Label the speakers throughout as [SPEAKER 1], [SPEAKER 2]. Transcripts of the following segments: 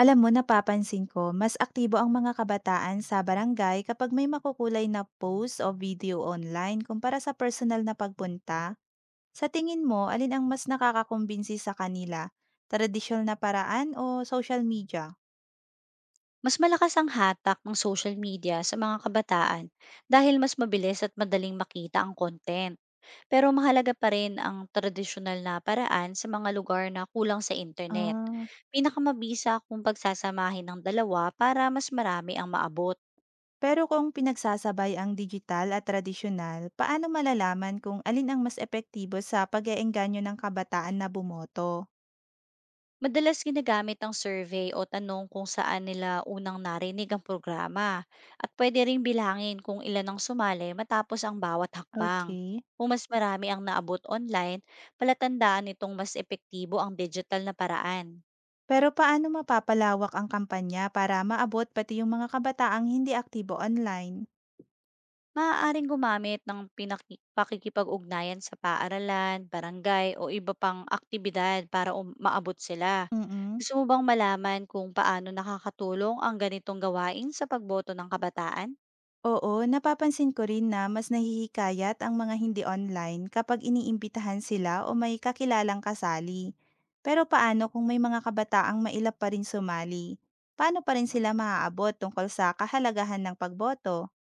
[SPEAKER 1] Alam mo, napapansin ko, mas aktibo ang mga kabataan sa barangay kapag may makukulay na post o video online kumpara sa personal na pagpunta. Sa tingin mo, alin ang mas nakakakumbinsi sa kanila? Tradisyonal na paraan o social media?
[SPEAKER 2] Mas malakas ang hatak ng social media sa mga kabataan dahil mas mabilis at madaling makita ang content. Pero mahalaga pa rin ang tradisyonal na paraan sa mga lugar na kulang sa internet.
[SPEAKER 1] Ah,
[SPEAKER 2] Pinakamabisa kung pagsasamahin ng dalawa para mas marami ang maabot.
[SPEAKER 1] pero kung pinagsasabay ang digital at tradisyonal, paano malalaman kung alin ang mas epektibo sa pag-eengganyo ng kabataan na bumoto?
[SPEAKER 2] Madalas ginagamit ang survey o tanong kung saan nila unang narinig ang programa, at pwede ring bilangin kung ilan ang sumali matapos ang bawat hakbang.
[SPEAKER 1] Okay.
[SPEAKER 2] Kung mas marami ang naabot online, palatandaan itong mas epektibo ang digital na paraan.
[SPEAKER 1] Pero paano mapapalawak ang kampanya para maabot pati yung mga kabataang hindi aktibo online?
[SPEAKER 2] Maaaring gumamit ng pakikipag-ugnayan sa paaralan, barangay o iba pang aktibidad para maabot sila.
[SPEAKER 1] Mm.
[SPEAKER 2] Gusto mo bang malaman kung paano nakakatulong ang ganitong gawain sa pagboto ng kabataan?
[SPEAKER 1] Oo, napapansin ko rin na mas nahihikayat ang mga hindi online kapag iniimbitahan sila o may kakilalang kasali. Pero paano kung may mga kabataang mailap pa rin sumali? Paano pa rin sila maaabot tungkol sa kahalagahan ng pagboto?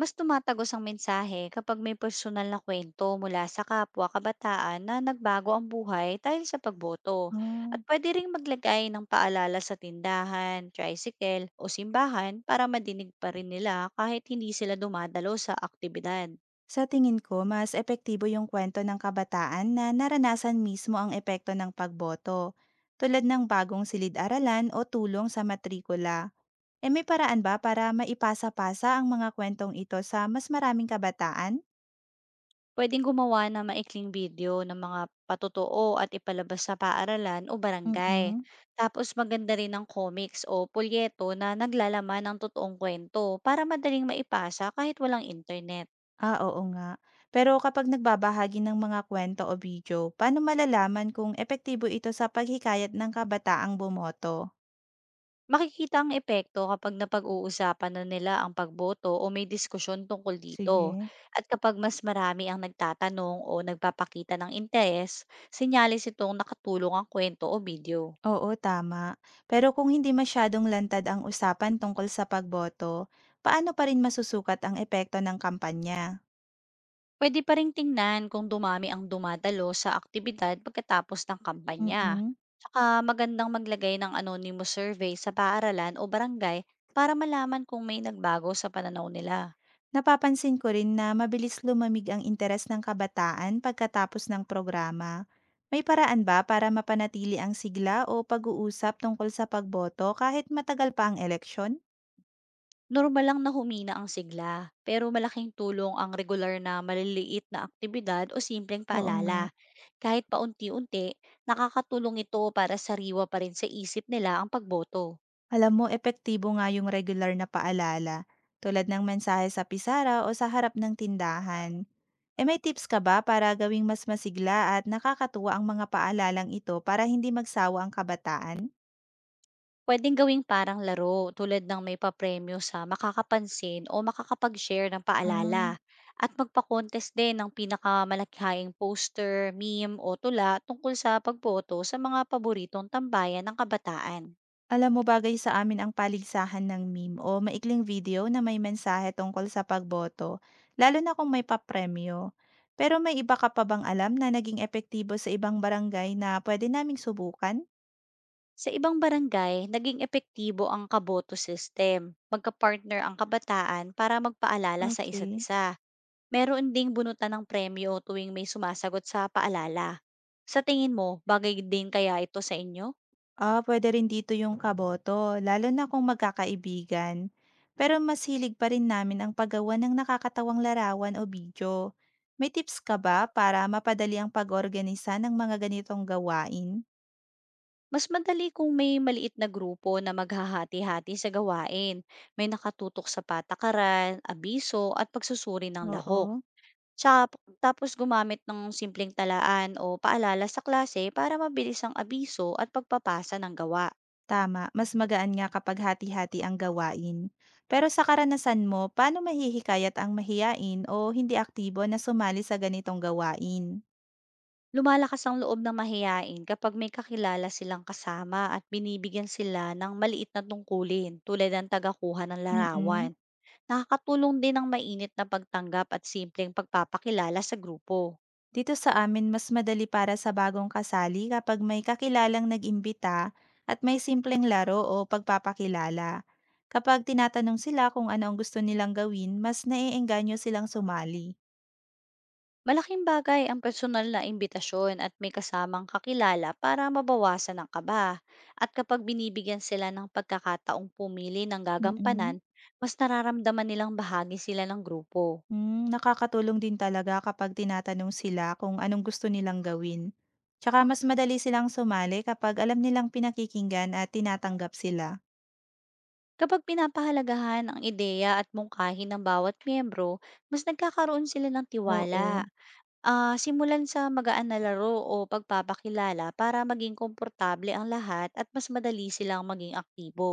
[SPEAKER 2] Mas tumatagos ang mensahe kapag may personal na kwento mula sa kapwa kabataan na nagbago ang buhay dahil sa pagboto.
[SPEAKER 1] Ah.
[SPEAKER 2] At pwede ring maglagay ng paalala sa tindahan, tricycle o simbahan para madinig pa rin nila kahit hindi sila dumadalo sa aktibidad.
[SPEAKER 1] Sa tingin ko, mas epektibo yung kwento ng kabataan na naranasan mismo ang epekto ng pagboto, tulad ng bagong silid-aralan o tulong sa matrikula. E may paraan ba para maipasa-pasa ang mga kwentong ito sa mas maraming kabataan?
[SPEAKER 2] Pwedeng gumawa ng maikling video ng mga patotoo at ipalabas sa paaralan o barangay.
[SPEAKER 1] mm
[SPEAKER 2] Tapos maganda rin ang comics o pulyeto na naglalaman ng totoong kwento para madaling maipasa kahit walang internet.
[SPEAKER 1] Ah, oo nga. Pero kapag nagbabahagi ng mga kwento o video, paano malalaman kung epektibo ito sa paghikayat ng kabataang bumoto?
[SPEAKER 2] Makikita ang epekto kapag napag-uusapan na nila ang pagboto o may diskusyon tungkol dito.
[SPEAKER 1] Sige.
[SPEAKER 2] At kapag mas marami ang nagtatanong o nagpapakita ng interes, sinyalis itong nakatulong ang kwento o video.
[SPEAKER 1] Oo, tama. Pero kung hindi masyadong lantad ang usapan tungkol sa pagboto, paano pa rin masusukat ang epekto ng kampanya?
[SPEAKER 2] Pwede pa rin tingnan kung dumami ang dumadalo sa aktibidad pagkatapos ng kampanya.
[SPEAKER 1] mm
[SPEAKER 2] Saka magandang maglagay ng anonymous survey sa paaralan o barangay para malaman kung may nagbago sa pananaw nila.
[SPEAKER 1] Napapansin ko rin na mabilis lumamig ang interes ng kabataan pagkatapos ng programa. May paraan ba para mapanatili ang sigla o pag-uusap tungkol sa pagboto kahit matagal pa ang eleksyon?
[SPEAKER 2] Normal lang na humina ang sigla, pero malaking tulong ang regular na maliliit na aktibidad o simpleng
[SPEAKER 1] Oo nga.
[SPEAKER 2] paalala. Kahit paunti-unti, nakakatulong ito para sariwa pa rin sa isip nila ang pagboto.
[SPEAKER 1] Alam mo, epektibo nga yung regular na paalala, tulad ng mensahe sa pisara o sa harap ng tindahan. Eh, may tips ka ba para gawing mas masigla at nakakatuwa ang mga paalalang ito para hindi magsawa ang kabataan?
[SPEAKER 2] Pwedeng gawing parang laro, tulad ng may papremyo sa makakapansin o makakapag-share ng paalala,
[SPEAKER 1] Ah.
[SPEAKER 2] at magpa-contest din ng pinakamalakihang poster, meme o tula tungkol sa pagboto sa mga paboritong tambayan ng kabataan.
[SPEAKER 1] Alam mo, bagay sa amin ang paligsahan ng meme o maikling video na may mensahe tungkol sa pagboto, lalo na kung may papremyo. Pero may iba ka pa bang alam na naging epektibo sa ibang barangay na pwede naming subukan?
[SPEAKER 2] Sa ibang barangay, naging epektibo ang kaboto system. Magka-partner ang kabataan para magpaalala sa isa't
[SPEAKER 1] Okay.
[SPEAKER 2] isa. Meron ding bunutan ng premyo tuwing may sumasagot sa paalala. Sa tingin mo, bagay din kaya ito sa inyo?
[SPEAKER 1] Ah, puwede rin dito yung kaboto, lalo na kung magkakaibigan. Pero mas hilig pa rin namin ang paggawa ng nakakatawang larawan o video. May tips ka ba para mapadali ang pag-organisa ng mga ganitong gawain?
[SPEAKER 2] Mas madali kung may maliit na grupo na maghahati-hati sa gawain. May nakatutok sa patakaran, abiso at pagsusuri ng lahok.
[SPEAKER 1] Oo,
[SPEAKER 2] Tsap tapos gumamit ng simpleng talaan o paalala sa klase para mabilis ang abiso at pagpapasa ng gawa.
[SPEAKER 1] tama. Mas magaan nga kapag hati-hati ang gawain. Pero sa karanasan mo, paano mahihikayat ang mahiyain o hindi aktibo na sumali sa ganitong gawain?
[SPEAKER 2] Lumalakas ang loob ng mahiyain kapag may kakilala silang kasama at binibigyan sila ng maliit na tungkulin tulad ng tagakuha ng
[SPEAKER 1] Mm.
[SPEAKER 2] larawan. Nakakatulong din ang mainit na pagtanggap at simpleng pagpapakilala sa grupo.
[SPEAKER 1] Dito sa amin mas madali para sa bagong kasali kapag may kakilalang nag-imbita at may simpleng laro o pagpapakilala. Kapag tinatanong sila kung ano ang gusto nilang gawin, mas naiengganyo silang sumali.
[SPEAKER 2] Malaking bagay ang personal na imbitasyon at may kasamang kakilala para mabawasan ang kaba. At kapag binibigyan sila ng pagkakataong pumili ng gagampanan,
[SPEAKER 1] Mm-mm.
[SPEAKER 2] mas nararamdaman nilang bahagi sila ng grupo.
[SPEAKER 1] Mm, nakakatulong din talaga kapag tinatanong sila kung anong gusto nilang gawin. Tsaka mas madali silang sumali kapag alam nilang pinakikinggan at tinatanggap sila.
[SPEAKER 2] Kapag pinapahalagahan ang ideya at mungkahi ng bawat miyembro, mas nagkakaroon sila ng tiwala.
[SPEAKER 1] Oo.
[SPEAKER 2] Ah, simulan sa magaan na laro o pagpapakilala para maging komportable ang lahat at mas madali silang maging aktibo.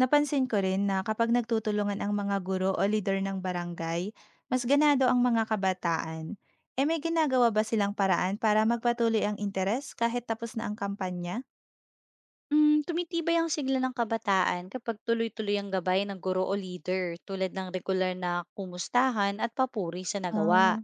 [SPEAKER 1] Napansin ko rin na kapag nagtutulungan ang mga guro o leader ng barangay, mas ganado ang mga kabataan. E may ginagawa ba silang paraan para magpatuloy ang interes kahit tapos na ang kampanya?
[SPEAKER 2] Hmm, tumitibay ang sigla ng kabataan kapag tuloy-tuloy ang gabay ng guro o leader tulad ng regular na kumustahan at papuri sa nagawa.
[SPEAKER 1] Ah,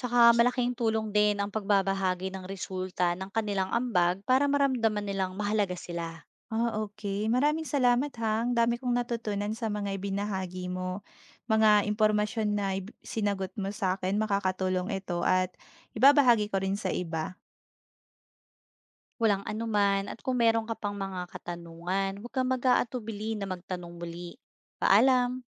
[SPEAKER 2] Tsaka malaking tulong din ang pagbabahagi ng resulta ng kanilang ambag para maramdaman nilang mahalaga sila.
[SPEAKER 1] ah, okay. Maraming salamat ha. Ang dami kong natutunan sa mga ibinahagi mo. Mga impormasyon na sinagot mo sa akin, makakatulong ito at ibabahagi ko rin sa iba.
[SPEAKER 2] Walang anuman, at kung meron ka pang mga katanungan, huwag kang mag-aatubili na magtanong muli. Paalam!